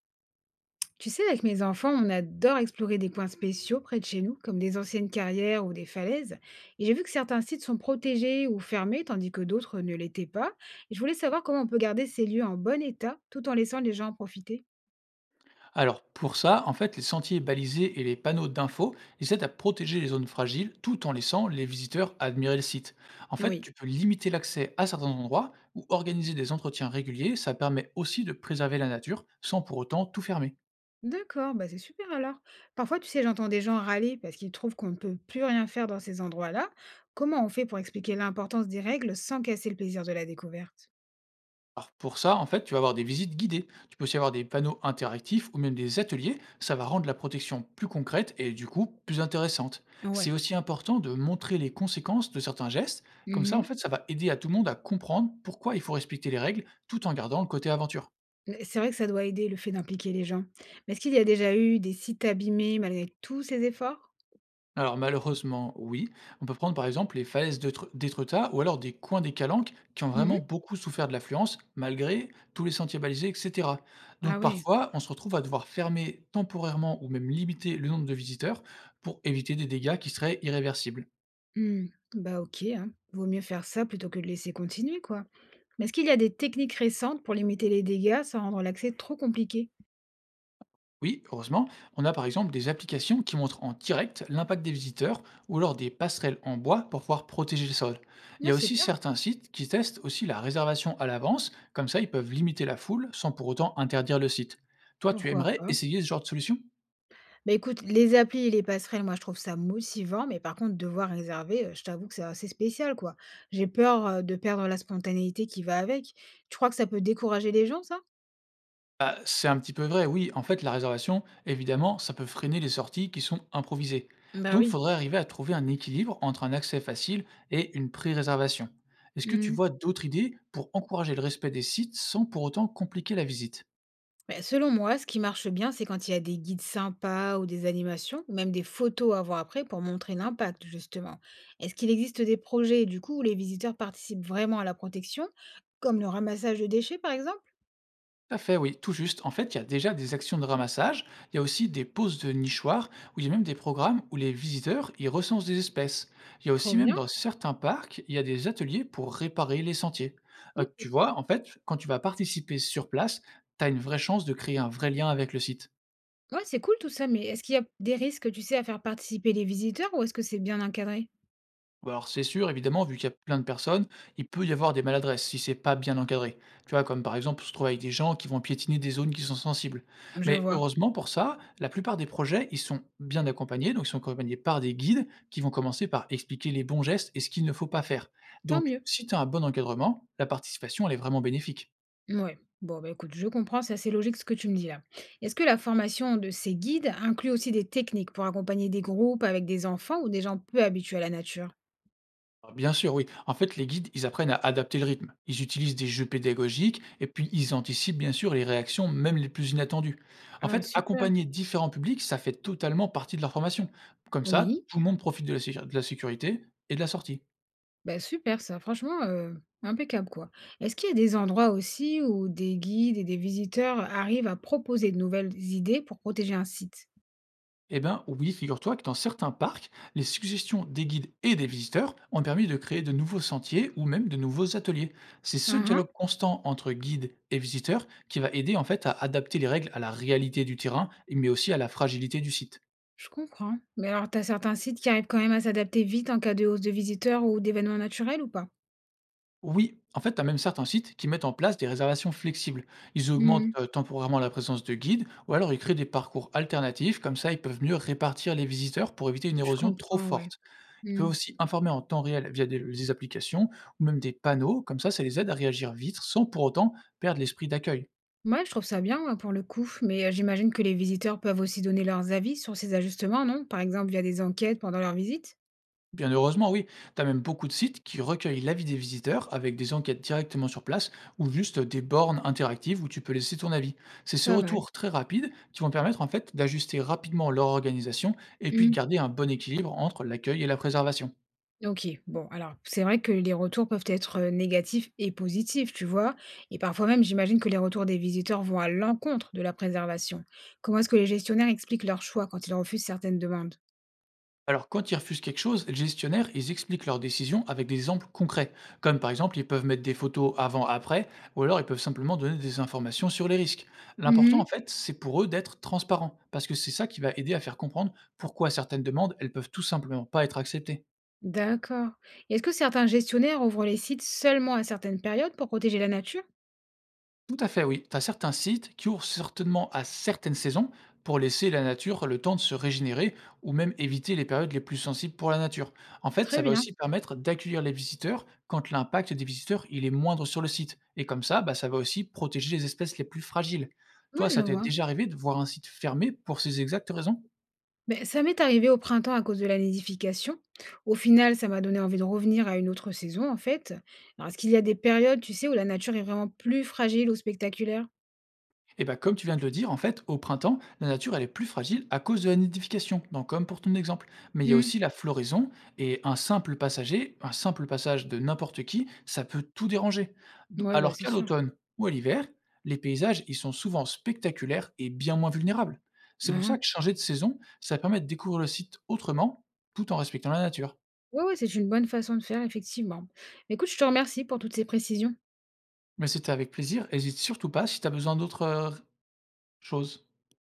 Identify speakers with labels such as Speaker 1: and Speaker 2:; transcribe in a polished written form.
Speaker 1: Tu sais, avec mes enfants, on adore explorer des coins spéciaux près de chez nous, comme des anciennes carrières ou des falaises. Et j'ai vu que certains sites sont protégés ou fermés, tandis que d'autres ne l'étaient pas. Et je voulais savoir comment on peut garder ces lieux en bon état, tout en laissant les gens en profiter.
Speaker 2: Alors pour ça, en fait, les sentiers balisés et les panneaux d'infos, ils aident à protéger les zones fragiles tout en laissant les visiteurs admirer le site. En fait,
Speaker 1: Oui.
Speaker 2: tu peux limiter l'accès à certains endroits ou organiser des entretiens réguliers, ça permet aussi de préserver la nature sans pour autant tout fermer.
Speaker 1: D'accord, bah c'est super alors. Parfois, tu sais, j'entends des gens râler parce qu'ils trouvent qu'on ne peut plus rien faire dans ces endroits-là. Comment on fait pour expliquer l'importance des règles sans casser le plaisir de la découverte?
Speaker 2: Alors pour ça, en fait, tu vas avoir des visites guidées. Tu peux aussi avoir des panneaux interactifs ou même des ateliers. Ça va rendre la protection plus concrète et du coup plus intéressante. C'est
Speaker 1: Ouais.
Speaker 2: aussi important de montrer les conséquences de certains gestes. Comme ça, en fait, ça va aider à tout le monde à comprendre pourquoi il faut respecter les règles tout en gardant le côté aventure.
Speaker 1: C'est vrai que ça doit aider le fait d'impliquer les gens. Mais est-ce qu'il y a déjà eu des sites abîmés malgré tous ces efforts?
Speaker 2: Alors malheureusement, oui. On peut prendre par exemple les falaises de d'Étretat ou alors des coins des Calanques qui ont vraiment
Speaker 1: Mhm.
Speaker 2: beaucoup souffert de l'affluence malgré tous les sentiers balisés, etc.
Speaker 1: Ah
Speaker 2: Donc
Speaker 1: ouais.
Speaker 2: parfois, on se retrouve à devoir fermer temporairement ou même limiter le nombre de visiteurs pour éviter des dégâts qui seraient irréversibles.
Speaker 1: Hmm. Bah ok, hein. Vaut mieux faire ça plutôt que de laisser continuer, quoi. Mais est-ce qu'il y a des techniques récentes pour limiter les dégâts sans rendre l'accès trop compliqué?
Speaker 2: Oui, heureusement, on a par exemple des applications qui montrent en direct l'impact des visiteurs ou alors des passerelles en bois pour pouvoir protéger le sol. Il
Speaker 1: Ah,
Speaker 2: y a aussi
Speaker 1: super.
Speaker 2: certains sites qui testent aussi la réservation à l'avance, comme ça ils peuvent limiter la foule sans pour autant interdire le site. Toi, tu
Speaker 1: Pourquoi
Speaker 2: aimerais
Speaker 1: pas?
Speaker 2: essayer ce genre de solution?
Speaker 1: Bah écoute, les applis et les passerelles, moi je trouve ça motivant, mais par contre, devoir réserver, je t'avoue que c'est assez spécial, quoi. J'ai peur de perdre la spontanéité qui va avec. Tu crois que ça peut décourager les gens, ça?
Speaker 2: Bah, c'est un petit peu vrai, oui. En fait, la réservation, évidemment, ça peut freiner les sorties qui sont improvisées.
Speaker 1: Bah
Speaker 2: Donc, il
Speaker 1: oui.
Speaker 2: faudrait arriver à trouver un équilibre entre un accès facile et une pré-réservation. Est-ce que tu vois d'autres idées pour encourager le respect des sites sans pour autant compliquer la visite?
Speaker 1: Ben, selon moi, ce qui marche bien, c'est quand il y a des guides sympas ou des animations, ou même des photos à voir après pour montrer l'impact, justement. Est-ce qu'il existe des projets, du coup, où les visiteurs participent vraiment à la protection, comme le ramassage de déchets, par exemple?
Speaker 2: Tout à fait, oui, tout juste. En fait, il y a déjà des actions de ramassage, il y a aussi des poses de nichoirs, où il y a même des programmes où les visiteurs ils recensent des espèces. Il y a
Speaker 1: Trop
Speaker 2: aussi même
Speaker 1: bien.
Speaker 2: dans certains parcs, il y a des ateliers pour réparer les sentiers.
Speaker 1: Mm.
Speaker 2: Tu vois, en fait, quand tu vas participer sur place, tu as une vraie chance de créer un vrai lien avec le site.
Speaker 1: Ouais, c'est cool tout ça, mais est-ce qu'il y a des risques, tu sais, à faire participer les visiteurs ou est-ce que c'est bien encadré?
Speaker 2: Bah, alors c'est sûr, évidemment, vu qu'il y a plein de personnes, il peut y avoir des maladresses si c'est pas bien encadré. Tu vois, comme par exemple se trouver avec des gens qui vont piétiner des zones qui sont sensibles.
Speaker 1: Je
Speaker 2: Mais
Speaker 1: vois.
Speaker 2: heureusement pour ça, la plupart des projets, ils sont bien accompagnés, donc ils sont accompagnés par des guides qui vont commencer par expliquer les bons gestes et ce qu'il ne faut pas faire.
Speaker 1: Tant
Speaker 2: Donc
Speaker 1: mieux.
Speaker 2: si tu as un bon encadrement, la participation, elle est vraiment bénéfique.
Speaker 1: Ouais. Bon, bah, écoute, je comprends, c'est assez logique ce que tu me dis là. Est-ce que la formation de ces guides inclut aussi des techniques pour accompagner des groupes avec des enfants ou des gens peu habitués à la nature?
Speaker 2: Ah, bien sûr, oui. En fait, les guides, ils apprennent à adapter le rythme. Ils utilisent des jeux pédagogiques et puis ils anticipent bien sûr les réactions, même les plus inattendues. En
Speaker 1: Ah,
Speaker 2: fait,
Speaker 1: super.
Speaker 2: accompagner différents publics, ça fait totalement partie de leur formation. Comme ça,
Speaker 1: Oui,
Speaker 2: tout le monde profite de la, de la sécurité et de la sortie.
Speaker 1: bah super ça, franchement, impeccable quoi. Est-ce qu'il y a des endroits aussi où des guides et des visiteurs arrivent à proposer de nouvelles idées pour protéger un site?
Speaker 2: Eh bien oui, figure-toi que dans certains parcs, les suggestions des guides et des visiteurs ont permis de créer de nouveaux sentiers ou même de nouveaux ateliers. C'est ce
Speaker 1: Mhm,
Speaker 2: dialogue constant entre guides et visiteurs qui va aider en fait à adapter les règles à la réalité du terrain, mais aussi à la fragilité du site.
Speaker 1: je comprends. Mais alors, t'as certains sites qui arrivent quand même à s'adapter vite en cas de hausse de visiteurs ou d'événements naturels ou pas?
Speaker 2: Oui, en fait, tu as même certains sites qui mettent en place des réservations flexibles. Ils augmentent
Speaker 1: Hmm,
Speaker 2: temporairement la présence de guides ou alors ils créent des parcours alternatifs, comme ça ils peuvent mieux répartir les visiteurs pour éviter une
Speaker 1: je
Speaker 2: érosion trop
Speaker 1: comprends, ouais.
Speaker 2: forte. Ils peuvent
Speaker 1: Hmm.
Speaker 2: aussi informer en temps réel via des applications ou même des panneaux, comme ça ça les aide à réagir vite sans pour autant perdre l'esprit d'accueil.
Speaker 1: Mouais, je trouve ça bien, ouais, pour le coup, mais j'imagine que les visiteurs peuvent aussi donner leurs avis sur ces ajustements, non? Par exemple, via des enquêtes pendant leur visite?
Speaker 2: Bien heureusement, oui. T'as même beaucoup de sites qui recueillent l'avis des visiteurs avec des enquêtes directement sur place ou juste des bornes interactives où tu peux laisser ton avis. C'est ces
Speaker 1: Pas mal.
Speaker 2: retours très rapides qui vont permettre en fait d'ajuster rapidement leur organisation et puis de
Speaker 1: Mmh.
Speaker 2: garder un bon équilibre entre l'accueil et la préservation.
Speaker 1: OK, bon, alors, c'est vrai que les retours peuvent être, négatifs et positifs, tu vois? Et parfois même, j'imagine que les retours des visiteurs vont à l'encontre de la préservation. Comment est-ce que les gestionnaires expliquent leurs choix quand ils refusent certaines demandes?
Speaker 2: Alors, quand ils refusent quelque chose, les gestionnaires, ils expliquent leur décision avec des exemples concrets. Comme par exemple, ils peuvent mettre des photos avant-après, ou alors ils peuvent simplement donner des informations sur les risques. L'important, en
Speaker 1: Mmh.
Speaker 2: fait, c'est pour eux d'être transparents, parce que c'est ça qui va aider à faire comprendre pourquoi certaines demandes, elles peuvent tout simplement pas être acceptées.
Speaker 1: D'accord. Et est-ce que certains gestionnaires ouvrent les sites seulement à certaines périodes pour protéger la nature?
Speaker 2: Tout à fait, oui. Tu as certains sites qui ouvrent certainement à certaines saisons pour laisser la nature le temps de se régénérer ou même éviter les périodes les plus sensibles pour la nature. En fait,
Speaker 1: Très
Speaker 2: ça va
Speaker 1: bien.
Speaker 2: aussi permettre d'accueillir les visiteurs quand l'impact des visiteurs il est moindre sur le site. Et comme ça, bah, ça va aussi protéger les espèces les plus fragiles.
Speaker 1: Moi,
Speaker 2: Toi,
Speaker 1: je
Speaker 2: ça t'est
Speaker 1: vois.
Speaker 2: déjà arrivé de voir un site fermé pour ces exactes raisons?
Speaker 1: Ben ça m'est arrivé au printemps à cause de la nidification. Au final, ça m'a donné envie de revenir à une autre saison, en fait. Alors, est-ce qu'il y a des périodes, tu sais, où la nature est vraiment plus fragile ou spectaculaire?
Speaker 2: Et bah, comme tu viens de le dire, en fait, au printemps, la nature elle est plus fragile à cause de la nidification, donc comme pour ton exemple. Mais il y a
Speaker 1: Hmm.
Speaker 2: aussi la floraison et un simple passager, un simple passage de n'importe qui, ça peut tout déranger.
Speaker 1: Ouais, bah,
Speaker 2: Alors
Speaker 1: c'est
Speaker 2: qu'à
Speaker 1: sûr.
Speaker 2: l'automne ou à l'hiver, les paysages ils sont souvent spectaculaires et bien moins vulnérables. C'est pour ça
Speaker 1: Oui.
Speaker 2: que changer de saison, ça permet de découvrir le site autrement, tout en respectant la nature.
Speaker 1: Ouais, ouais, c'est une bonne façon de faire, effectivement. Écoute, je te remercie pour toutes ces précisions.
Speaker 2: Mais c'était avec plaisir. Hésite surtout pas si tu as besoin d'autres choses.